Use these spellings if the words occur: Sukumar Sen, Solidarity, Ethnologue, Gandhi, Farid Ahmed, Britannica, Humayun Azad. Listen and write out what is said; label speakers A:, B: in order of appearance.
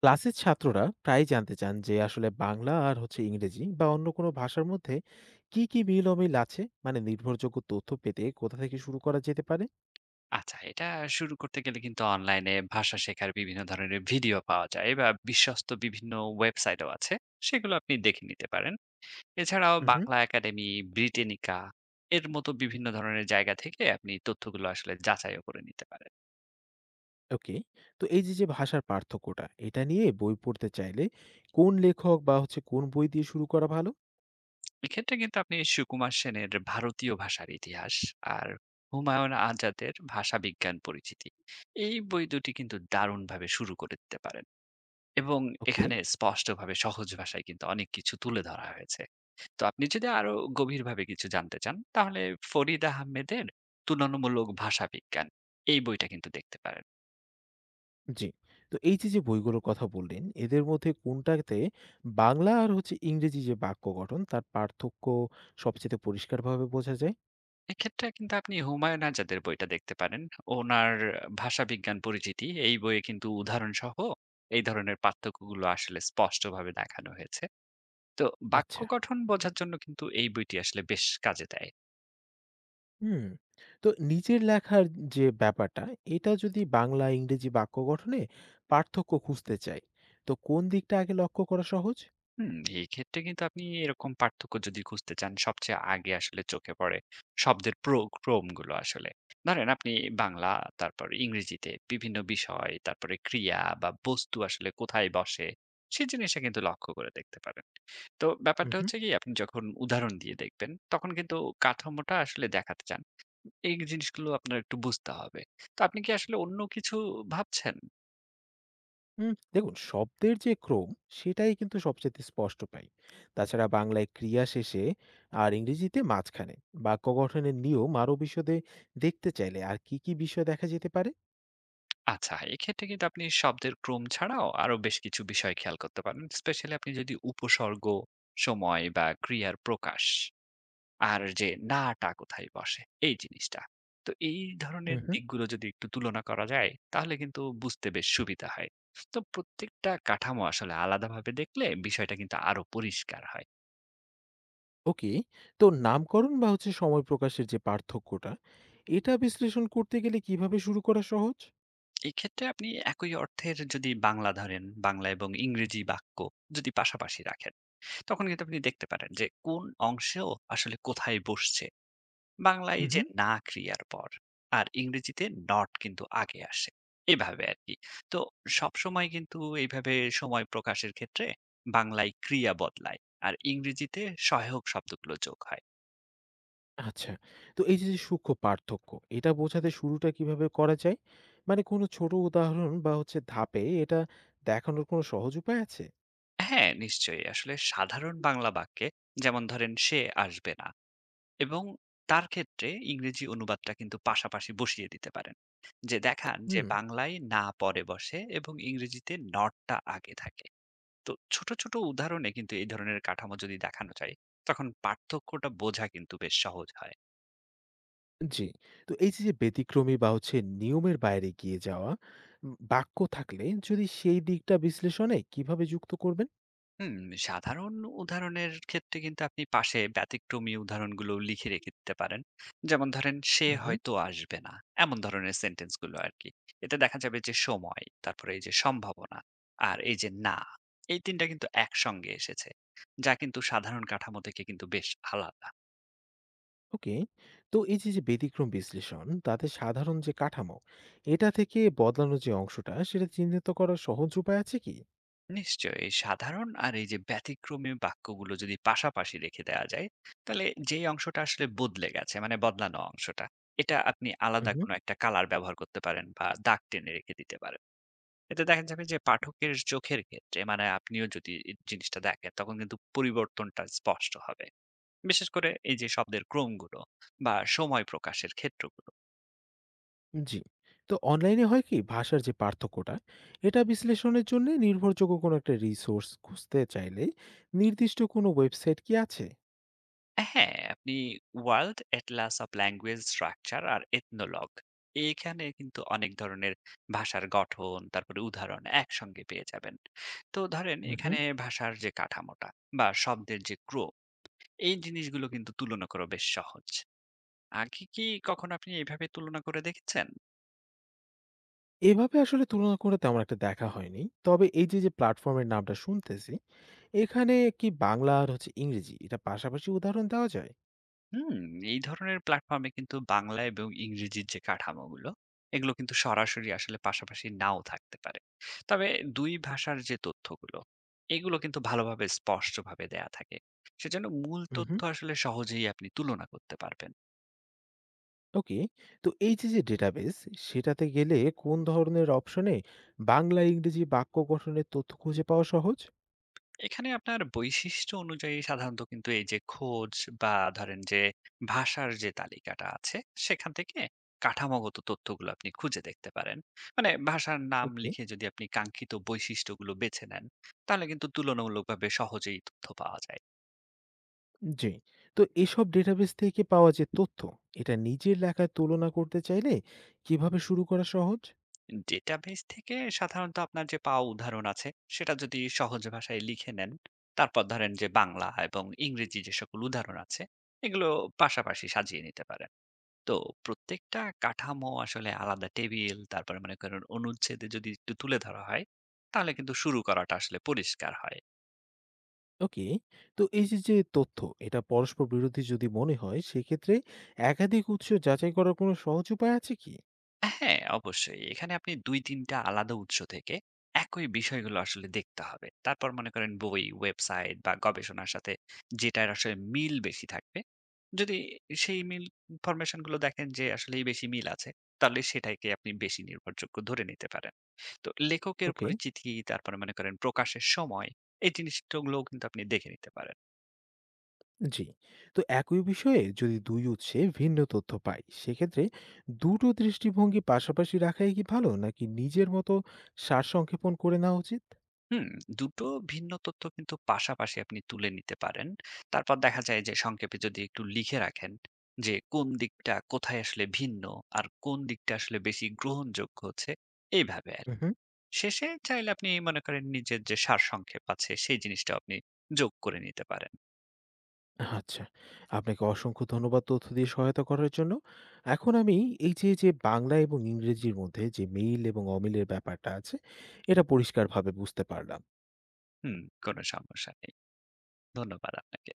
A: ক্লাসের ছাত্ররা প্রায়ই জানতে চান যে আসলে বাংলা আর ইংরেজি বা অন্য কোনো ভাষার মধ্যে কি কি মিল অমিল আছে, মানে নির্ভরযোগ্য তথ্য পেতে কোথা থেকে শুরু করা যেতে পারে?
B: আচ্ছা, এটা শুরু করতে গেলে কিন্তু অনলাইনে ভাষা শেখার বিভিন্ন ধরনের ভিডিও পাওয়া যায় বা বিশ্বস্ত বিভিন্ন ওয়েবসাইটও আছে। সেগুলো আপনি দেখে নিতে পারেন। এছাড়াও
A: হুম।
B: বাংলা একাডেমি, ব্রিটেনিকা এর মতো বিভিন্ন ধরনের জায়গা থেকে আপনি তথ্যগুলো আসলে যাচাইও করে নিতে পারেন।
A: ওকে। তো এই যে যে ভাষার পার্থক্যটা, এটা নিয়ে বই পড়তে চাইলে কোন লেখক বা কোন বই দিয়ে শুরু করা ভালো?
B: এক্ষেত্রে কিন্তু আপনি সুকুমার সেনের ভারতীয় ভাষার ইতিহাস আর হুমায়ুন আজাদের ভাষাবিজ্ঞান পরিচিতি। এই বই দুটি কিন্তু দারুণভাবে শুরু করে দিতে পারেন। এবং
A: ওকে।
B: এখানে স্পষ্টভাবে সহজ ভাষায় কিন্তু অনেক কিছু তুলে ধরা হয়েছে। তো আপনি যদি আরো গভীরভাবে কিছু জানতে চান, তাহলে ফরিদ আহমেদের 'তুলনামূলক ভাষাবিজ্ঞান' এই বইটা কিন্তু দেখতে পারেন।
A: জি। তো এই যে যে বইগুলোর কথা বললেন, এদের মধ্যে কোনটাতে বাংলা আর ইংরেজি যে বাক্য গঠন, তার পার্থক্য সবচেয়ে পরিষ্কারভাবে বোঝা যায়?
B: এক্ষেত্রে কিন্তু আপনি হুমায়ুন আজাদের বইটা দেখতে পারেন। ওনার 'ভাষাবিজ্ঞান পরিচিতি' এই বইয়ে কিন্তু উদাহরণসহ এই ধরনের পার্থক্যগুলো আসলে স্পষ্টভাবে দেখানো হয়েছে। তো বাক্য
A: আচ্ছা।
B: গঠন বোঝার জন্য কিন্তু এই বইটি আসলে বেশ কাজে দেয়।
A: হুম। তো নিজের লেখার যে ব্যাপারটা, এটা যদি বাংলা, ইংরেজি বাক্য গঠনে পার্থক্য খুঁজতে চাই, তো কোন দিকটা আগে লক্ষ্য করা সহজ?
B: হুম, এক্ষেত্রে কিন্তু আপনি এরকম পার্থক্য যদি খুঁজতে চান সবচেয়ে আগে আসলে চোখে পড়ে শব্দের ক্রমগুলো আসলে। ধরেন আপনি বাংলা, তারপর ইংরেজিতে বিভিন্ন বিষয়, তারপরে ক্রিয়া বা বস্তু আসলে কোথায় বসে, সেই জিনিসটা কিন্তু লক্ষ্য করে দেখতে পারেন। তো
A: হুম।
B: ব্যাপারটা
A: হুম,
B: হচ্ছে কি আপনি যখন উদাহরণ দিয়ে দেখবেন, তখন কিন্তু কাঠামোটা আসলে দেখাতে চান। এই জিনিসগুলো আপনার একটু বুঝতে হবে। তো আপনি কি আসলে অন্য কিছু ভাবছেন?
A: হুম দেখুন, শব্দের যে ক্রম, সেটাই কিন্তু সবচাইতে স্পষ্ট পাই। তাছাড়া বাংলায় ক্রিয়া শেষে আর ইংরেজিতে মাঝখানে। বাক্য গঠনের নিয়ম আরো বিশদে দেখতে চাইলে আর কি, কি বিষয় দেখা যেতে পারে?
B: আচ্ছা, এক্ষেত্রে কিন্তু আপনি শব্দের ক্রম ছাড়াও আরো বেশ কিছু বিষয় খেয়াল করতে পারেন। স্পেশালি আপনি যদি উপসর্গ, সময় বা ক্রিয়ার প্রকাশ আর যে নাটা কোথায় বসে এই জিনিসটা। তো এই
A: হুম।
B: ধরনের
A: হুম।
B: দিকগুলো যদি একটু তুলনা করা যায় তাহলে কিন্তু বুঝতে বেশ সুবিধা হয়। তো প্রত্যেকটা কাঠামো আসলে আলাদাভাবে দেখলে বিষয়টা কিন্তু আরো পরিষ্কার হয়।
A: ওকে। তো নামকরণ বা সময় প্রকাশের যে পার্থক্যটা, এটা বিশ্লেষণ করতে গেলে কিভাবে শুরু করা সহজ?
B: এক্ষেত্রে আপনি একই অর্থের যদি বাংলা ধরেন, বাংলা এবং ইংরেজি বাক্য যদি পাশাপাশি রাখেন তখন কিন্তু আপনি দেখতে পারেন যে কোন অংশেও আসলে কোথায় বসছে। বাংলায়
A: হুম,
B: যে
A: হুম।
B: না ক্রিয়ার পর আর ইংরেজিতে not কিন্তু আগে আসে। এভাবে আরকি। তো সবসময় কিন্তু এইভাবে সময় প্রকাশের ক্ষেত্রে বাংলায় ক্রিয়া বদলায় আর ইংরেজিতে সহায়ক শব্দগুলো যোগ হয়।
A: আচ্ছা। তো এই যে, যে সূক্ষ্ম পার্থক্য, এটা বোঝাতে শুরুটা কিভাবে করা যায়? মানে কোনো ছোট উদাহরণ বা ধাপে এটা দেখানোর কোনো সহজ উপায় আছে?
B: হ্যাঁ, নিশ্চয়ই আসলে সাধারণ বাংলা বাক্যে যেমন ধরেন সে আসবে না। এবং তার ক্ষেত্রে ইংরেজি অনুবাদটা কিন্তু পাশাপাশি বসিয়ে দিতে পারেন। যে দেখান যে
A: হুম।
B: বাংলায় না পরে বসে এবং ইংরেজিতে not টা আগে থাকে। তো ছোট, ছোট উদাহরণে কিন্তু এই ধরনের কাঠামো যদি দেখানো যায়, তখন পার্থক্যটা বোঝা কিন্তু বেশ সহজ হয়।
A: জি। তো এই যে, যে ব্যতিক্রমী বা নিয়মের বাইরে গিয়ে যাওয়া বাক্য থাকলে, যদি সেই দিকটা বিশ্লেষণে কিভাবে যুক্ত করবেন?
B: হুম, সাধারণ উদাহরণের ক্ষেত্রে কিন্তু আপনি পাশে ব্যতিক্রমী উদাহরণগুলো লিখে রেখে দিতে পারেন। যেমন ধরেন, "সে
A: উহু।
B: হয়তো আসবে না।" এমন ধরনের সেন্টেন্সগুলো আরকি। এতে দেখা যাবে যে সময়, তারপরে এই যে সম্ভাবনা, আর এই যে না, এই ৩ টা কিন্তু একসঙ্গে এসেছে। যা কিন্তু সাধারণ কাঠামো থেকে কিন্তু বেশ আলাদা।
A: ওকে। তো এই যে, যে ব্যতিক্রম বিশ্লেষণ, তাতে সাধারণ যে কাঠামো, এটা থেকে বদলানোর যে অংশটা সেটা চিহ্নিত করার সহজ উপায় আছে কি?
B: নিশ্চয়ই সাধারণ আর এই যে ব্যতিক্রমী বাক্যগুলো যদি পাশাপাশি রেখে দেওয়া যায় তাহলে যেই অংশটা আসলে বদলে গেছে মানে বদলানো অংশটা এটা আপনি আলাদা কোনো একটা কালার ব্যবহার করতে পারেন বা দাগ টেনে রেখে দিতে পারেন। এতে দেখা যাবে যে পাঠকের চোখের ক্ষেত্রে মানে আপনিও যদি এই জিনিসটা দেখেন তখন কিন্তু পরিবর্তনটা স্পষ্ট হবে বিশেষ করে এই যে শব্দের ক্রমগুলো বা সময় প্রকাশের ক্ষেত্রগুলো।
A: জি। তো অনলাইনে হয় কি ভাষার যে পার্থক্যটা, এটা বিশ্লেষণের জন্যে নির্ভরযোগ্য কোনো একটা রিসোর্স খুঁজতে চাইলে নির্দিষ্ট কোনো ওয়েবসাইট কি আছে?
B: হ্যাঁ, আপনি world atlas of language structure আর এথনোলগ এখানে কিন্তু অনেক ধরনের ভাষার গঠন তারপরে উদাহরণ একসঙ্গে পেয়ে যাবেন। তো ধরেন
A: হুম, হুম।
B: এখানে ভাষার যে কাঠামোটা বা শব্দের যে ক্রম এই জিনিসগুলো কিন্তু তুলনা করা বেশ সহজ। আগে কি কখনো আপনি এইভাবে তুলনা করে দেখেছেন?
A: এভাবে আসলে তুলনা করে তেমন একটা দেখা হয়নি। তবে এই যে, যে প্ল্যাটফর্মের নামটা শুনতেছি, এখানে কি বাংলা আর ইংরেজি এটা পাশাপাশি উদাহরণ দেওয়া যায়?
B: হুম, এই ধরনের প্ল্যাটফর্মে কিন্তু বাংলা এবং ইংরেজির যে কাঠামোগুলো এগুলো কিন্তু সরাসরি আসলে পাশাপাশি নাও থাকতে পারে। তবে দুই ভাষার যে তথ্যগুলো এগুলো কিন্তু ভালোভাবে স্পষ্টভাবে দেয়া থাকে, সেজন্য মূল
A: হুম,
B: তথ্য
A: হুম।
B: আসলে সহজেই আপনি তুলনা করতে পারবেন।
A: ওকে। তো এই যে, যে ডেটাবেস, সেটাতে গেলে কোন ধরনের অপশনে বাংলা, ইংরেজি বাক্য গঠনের তথ্য খুঁজে পাওয়া সহজ?
B: এখানে আপনার বৈশিষ্ট্য অনুযায়ী সাধারণত কিন্তু এই যে খোঁজ বা ধরেন যে ভাষার যে তালিকাটা আছে সেখান থেকে কাঠামোগত তথ্যগুলো আপনি খুঁজে দেখতে পারেন। মানে ভাষার নাম
A: ওকে।
B: লিখে যদি আপনি কাঙ্ক্ষিত বৈশিষ্ট্যগুলো বেছে নেন তাহলে কিন্তু তুলনামূলকভাবে সহজেই তথ্য পাওয়া যায়।
A: জি। তো এসব ডেটাবেস থেকে পাওয়া যে তথ্য, এটা নিজের লেখায় তুলনা করতে চাইলে কিভাবে শুরু করা সহজ?
B: ডেটাবেস থেকে সাধারণত আপনার যে পাওয়া উদাহরণ আছে সেটা যদি সহজ ভাষায় লিখে নেন, তারপর ধরেন যে বাংলা এবং ইংরেজি যে সকল উদাহরণ আছে এগুলো পাশাপাশি সাজিয়ে নিতে পারেন। তো প্রত্যেকটা কাঠামো আসলে আলাদা টেবিল তারপরে মনে করেন অনুচ্ছেদে যদি একটু তুলে ধরা হয় তাহলে কিন্তু শুরু করাটা আসলে পরিষ্কার হয়।
A: ওকে। তো এই যে, যে তথ্য, এটা পরস্পর বিরোধী যদি মনে হয়, সেক্ষেত্রে একাধিক উৎস যাচাই করার কোনো সহজ উপায় আছে কি?
B: হ্যাঁ, অবশ্যই। এখানে আপনি ২-৩ টা আলাদা উৎস থেকে একই বিষয়গুলো আসলে দেখতে হবে। তারপর মনে করেন বই, ওয়েবসাইট বা গবেষণার সাথে যেটার আসলে মিল বেশি থাকবে, যদি সেই মিল ইনফরমেশন গুলো দেখেন যে আসলেই বেশি মিল আছে, তাহলে সেটাকে আপনি বেশি নির্ভরযোগ্য ধরে নিতে পারেন। তো লেখকের
A: ওকে,
B: পরিচিতি, তারপরে মনে করেন প্রকাশের সময়, এই জিনিসগুলোও কিন্তু আপনি দেখে নিতে পারেন।
A: জি। তো একই বিষয়ে যদি ২ উৎসে ভিন্ন তথ্য পাই, সেক্ষেত্রে দুটো দৃষ্টিভঙ্গি পাশাপাশি রাখাই কি ভালো? নাকি নিজের মতো সারসংক্ষেপণ করে নেওয়া উচিত?
B: হুম, দুটো ভিন্ন তথ্য কিন্তু পাশাপাশি আপনি তুলে নিতে পারেন। তারপর দেখা যায় যে সংক্ষেপে যদি একটু লিখে রাখেন যে কোন দিকটা কোথায় আসলে ভিন্ন আর কোন দিকটা আসলে বেশি গ্রহণযোগ্য হচ্ছে এইভাবে আর।
A: উহু।
B: শেষে চাইলে আপনি মনে করেন নিজের যে সারসংক্ষেপ আছে সেই জিনিসটাও আপনি যোগ করে নিতে পারেন।
A: আচ্ছা। আপনাকে অসংখ্য ধন্যবাদ তথ্য দিয়ে সহায়তা করার জন্য। এখন আমি এই যে, যে বাংলা এবং ইংরেজির মধ্যে যে মিল এবং অমিলের ব্যাপারটা আছে, এটা পরিষ্কারভাবে বুঝতে পারলাম।
B: হুম, কোনো সমস্যা নেই। ধন্যবাদ আপনাকে।